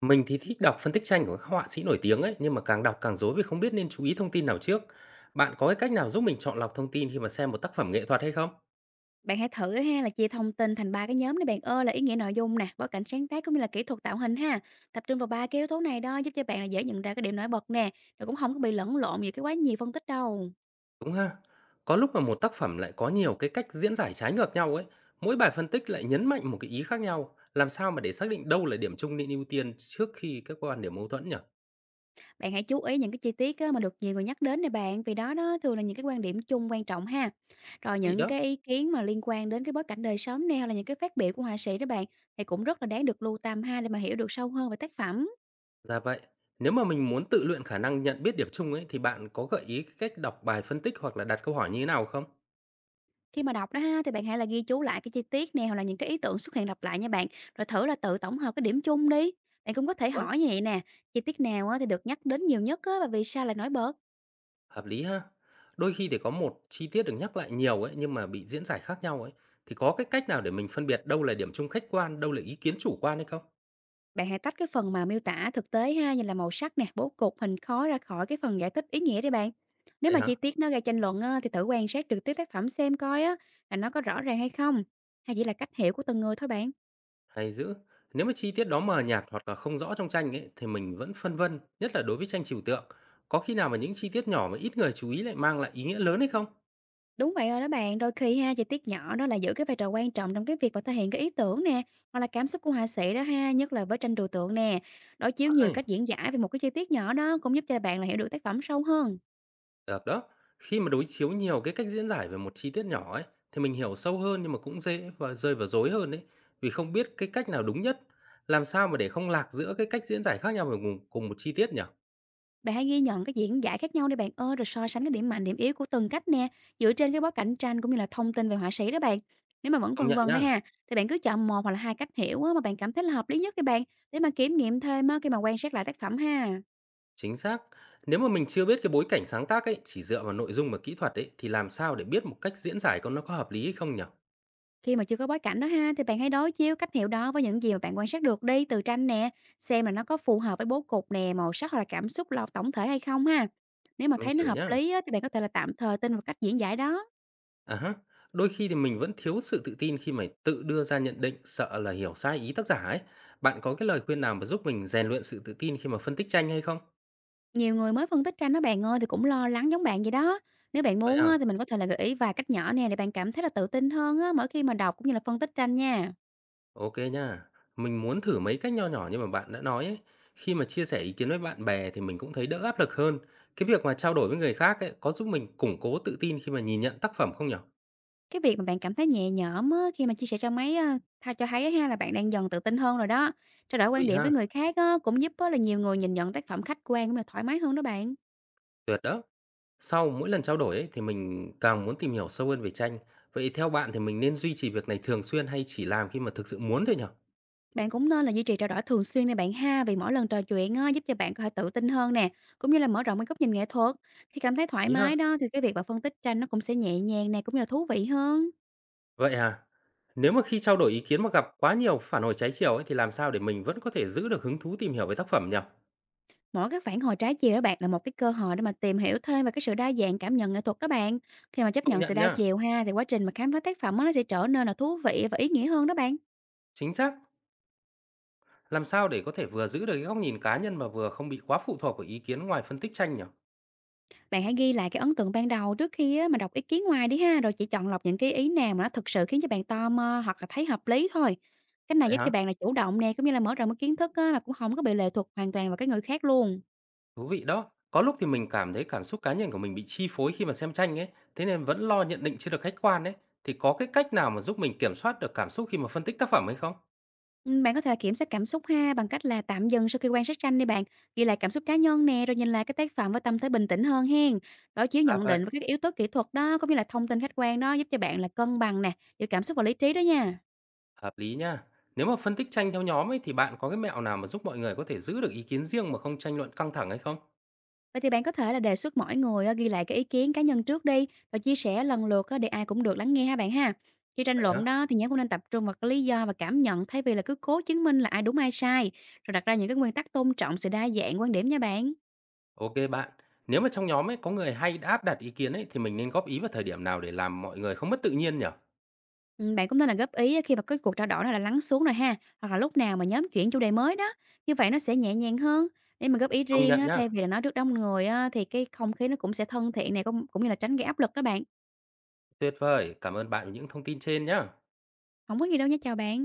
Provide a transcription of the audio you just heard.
Mình thì thích đọc phân tích tranh của các họa sĩ nổi tiếng ấy, nhưng mà càng đọc càng rối vì không biết nên chú ý thông tin nào trước. Bạn có cái cách nào giúp mình chọn lọc thông tin khi mà xem một tác phẩm nghệ thuật hay không? Bạn hãy thử ha là chia thông tin thành ba cái nhóm để bạn ơi, là ý nghĩa nội dung nè, bối cảnh sáng tác cũng như là kỹ thuật tạo hình ha. Tập trung vào ba cái yếu tố này đó giúp cho bạn là dễ nhận ra cái điểm nổi bật nè, rồi cũng không có bị lẫn lộn giữa cái quá nhiều phân tích đâu. Đúng ha. Có lúc mà một tác phẩm lại có nhiều cái cách diễn giải trái ngược nhau ấy, mỗi bài phân tích lại nhấn mạnh một cái ý khác nhau, làm sao mà để xác định đâu là điểm chung nên ưu tiên trước khi các quan điểm mâu thuẫn nhỉ? Bạn hãy chú ý những cái chi tiết á, mà được nhiều người nhắc đến nè bạn, vì đó đó thường là những cái quan điểm chung quan trọng ha. Rồi Vị những đó. cái ý kiến mà liên quan đến cái bối cảnh đời sống nè, hoặc là những cái phát biểu của họa sĩ đó bạn, thì cũng rất là đáng được lưu tâm ha, để mà hiểu được sâu hơn về tác phẩm. Dạ vậy, nếu mà mình muốn tự luyện khả năng nhận biết điểm chung ấy thì bạn có gợi ý cái cách đọc bài phân tích hoặc là đặt câu hỏi như thế nào không? Khi mà đọc đó ha, thì bạn hãy là ghi chú lại cái chi tiết nè, hoặc là những cái ý tưởng xuất hiện lặp lại nha bạn, rồi thử là tự tổng hợp cái điểm chung đi. Bạn cũng có thể hỏi như vậy nè: chi tiết nào á thì được nhắc đến nhiều nhất á, và vì sao lại nói bớt. Hợp lý ha. Đôi khi thì có một chi tiết được nhắc lại nhiều ấy nhưng mà bị diễn giải khác nhau ấy, thì có cái cách nào để mình phân biệt đâu là điểm chung khách quan, đâu là ý kiến chủ quan hay không? Bạn hãy tách cái phần mà miêu tả thực tế ha, như là màu sắc nè, bố cục, hình khói, ra khỏi cái phần giải thích ý nghĩa đi bạn. Nếu Vậy mà hả? chi tiết nó gây tranh luận á, thì thử quan sát trực tiếp tác phẩm xem coi á, là nó có rõ ràng hay không, hay chỉ là cách hiểu của từng người thôi bạn. Hay dữ. Nếu mà chi tiết đó mờ nhạt hoặc là không rõ trong tranh ấy thì mình vẫn phân vân, nhất là đối với tranh trừu tượng. Có khi nào mà những chi tiết nhỏ mà ít người chú ý lại mang lại ý nghĩa lớn hay không? Đúng vậy rồi đó bạn, đôi khi ha, chi tiết nhỏ đó là giữ cái vai trò quan trọng trong cái việc mà thể hiện cái ý tưởng nè, hoặc là cảm xúc của họa sĩ đó ha, nhất là với tranh trừu tượng nè. Đối chiếu nhiều Hay. cách diễn giải về một cái chi tiết nhỏ đó cũng giúp cho bạn là hiểu được tác phẩm sâu hơn. Được đó. Khi mà đối chiếu nhiều cái cách diễn giải về một chi tiết nhỏ ấy, thì mình hiểu sâu hơn nhưng mà cũng dễ và rơi vào rối hơn đấy. Vì không biết cái cách nào đúng nhất. Làm sao mà để không lạc giữa cái cách diễn giải khác nhau về cùng một chi tiết nhỉ? Bạn hãy ghi nhận cái diễn giải khác nhau đi bạn ơi, rồi so sánh cái điểm mạnh, điểm yếu của từng cách nè, dựa trên cái bối cảnh tranh cũng như là thông tin về họa sĩ đó bạn. Nếu mà vẫn Công vân nhận vân đó nhá. ha, thì bạn cứ chọn một hoặc là hai cách hiểu á, mà bạn cảm thấy là hợp lý nhất đi bạn, để mà kiểm nghiệm thêm á, khi mà quan sát lại tác phẩm ha. Chính xác. Nếu mà mình chưa biết cái bối cảnh sáng tác ấy, chỉ dựa vào nội dung và kỹ thuật ấy, thì làm sao để biết một cách diễn giải có hợp lý hay không nhỉ? Khi mà chưa có bối cảnh đó ha, thì bạn hãy đối chiếu cách hiểu đó với những gì mà bạn quan sát được đi từ tranh nè, xem là nó có phù hợp với bố cục nè, màu sắc, hoặc là cảm xúc lo tổng thể hay không ha. Nếu mà Mình thấy nó thử hợp nhá. lý á, thì bạn có thể là tạm thời tin vào cách diễn giải đó. À ha, đôi khi thì mình vẫn thiếu sự tự tin khi mà tự đưa ra nhận định, sợ là hiểu sai ý tác giả ấy. Bạn có cái lời khuyên nào mà giúp mình rèn luyện sự tự tin khi mà phân tích tranh hay không? Nhiều người mới phân tích tranh đó bạn ơi, thì cũng lo lắng giống bạn vậy đó. Nếu bạn Vậy muốn à? á, thì mình có thể là gợi ý vài cách nhỏ nè, để bạn cảm thấy là tự tin hơn á, mỗi khi mà đọc cũng như là phân tích tranh nha. Ok nha. Mình muốn thử mấy cách nho nhỏ như mà bạn đã nói ấy. Khi mà chia sẻ ý kiến với bạn bè thì mình cũng thấy đỡ áp lực hơn. Cái việc mà trao đổi với người khác ấy có giúp mình củng cố tự tin khi mà nhìn nhận tác phẩm không nhở? Cái việc mà bạn cảm thấy nhẹ nhõm á, khi mà chia sẻ cho mấy a, tha cho thấy ha, là bạn đang dần tự tin hơn rồi đó. Trao đổi Thú quan vị điểm ha, với người khác á, cũng giúp á, là nhiều người nhìn nhận tác phẩm khách quan, cũng là thoải mái hơn đó bạn. tuyệt đó. Sau mỗi lần trao đổi ấy, thì mình càng muốn tìm hiểu sâu hơn về tranh. Vậy theo bạn thì mình nên duy trì việc này thường xuyên hay chỉ làm khi mà thực sự muốn thôi nhỉ? Bạn cũng nên là duy trì trao đổi thường xuyên này bạn ha, vì mỗi lần trò chuyện á, giúp cho bạn có thể tự tin hơn nè, cũng như là mở rộng cái góc nhìn nghệ thuật. Khi cảm thấy thoải Ý ha? mái đó, thì cái việc bạn phân tích tranh nó cũng sẽ nhẹ nhàng nè, cũng như là thú vị hơn. Vậy à? Nếu mà khi trao đổi ý kiến mà gặp quá nhiều phản hồi trái chiều ấy, thì làm sao để mình vẫn có thể giữ được hứng thú tìm hiểu về tác phẩm nhỉ? Mỗi cái phản hồi trái chiều đó bạn, là một cái cơ hội để mà tìm hiểu thêm về cái sự đa dạng cảm nhận nghệ thuật đó bạn. Khi mà chấp Công nhận sự nhận đa nhá. chiều ha, thì quá trình mà khám phá tác phẩm á, nó sẽ trở nên là thú vị và ý nghĩa hơn đó bạn. Chính xác. Làm sao để có thể vừa giữ được cái góc nhìn cá nhân mà vừa không bị quá phụ thuộc vào ý kiến ngoài phân tích tranh nhỉ? Bạn hãy ghi lại cái ấn tượng ban đầu trước khi á, mà đọc ý kiến ngoài đi ha, rồi chỉ chọn lọc những cái ý nào mà nó thực sự khiến cho bạn tò mò, hoặc là thấy hợp lý thôi. Cách này Vậy giúp hả? cho bạn là chủ động nè, cũng như là mở rộng cái kiến thức á, mà cũng không có bị lệ thuộc hoàn toàn vào cái người khác luôn. Thú vị đó. Có lúc thì mình cảm thấy cảm xúc cá nhân của mình bị chi phối khi mà xem tranh ấy, thế nên vẫn lo nhận định chưa được khách quan ấy. Thì có cái cách nào mà giúp mình kiểm soát được cảm xúc khi mà phân tích tác phẩm hay không? Bạn có thể kiểm soát cảm xúc ha, bằng cách là tạm dừng sau khi quan sát tranh đi bạn, ghi lại cảm xúc cá nhân nè, rồi nhìn lại cái tác phẩm với tâm thế bình tĩnh hơn hen. Đối chiếu À nhận vậy. định với các yếu tố kỹ thuật đó, cũng như là thông tin khách quan đó, giúp cho bạn là cân bằng nè, giữa cảm xúc và lý trí đó nha. Hợp lý nha. Nếu mà phân tích tranh theo nhóm ấy thì bạn có cái mẹo nào mà giúp mọi người có thể giữ được ý kiến riêng mà không tranh luận căng thẳng hay không? Vậy thì bạn có thể là đề xuất mỗi người ghi lại cái ý kiến cá nhân trước đi, rồi chia sẻ lần lượt để ai cũng được lắng nghe ha bạn ha. Khi tranh Vậy hả? luận đó, thì nhóm cũng nên tập trung vào cái lý do và cảm nhận, thay vì là cứ cố chứng minh là ai đúng ai sai, rồi đặt ra những cái nguyên tắc tôn trọng sự đa dạng quan điểm nha bạn. Ok bạn. Nếu mà trong nhóm ấy có người hay áp đặt ý kiến ấy thì mình nên góp ý vào thời điểm nào để làm mọi người không mất tự nhiên nhỉ? Bạn cũng nên là góp ý khi mà cái cuộc trao đổi này là lắng xuống rồi ha, hoặc là lúc nào mà nhóm chuyển chủ đề mới đó, như vậy nó sẽ nhẹ nhàng hơn. Nếu mà góp ý Công riêng nhận á, nhá. thay vì là nói trước đông người á, thì cái không khí nó cũng sẽ thân thiện này, cũng cũng như là tránh gây áp lực đó bạn. Tuyệt vời. Cảm ơn bạn về những thông tin trên nhá. Không có gì đâu nha, chào bạn.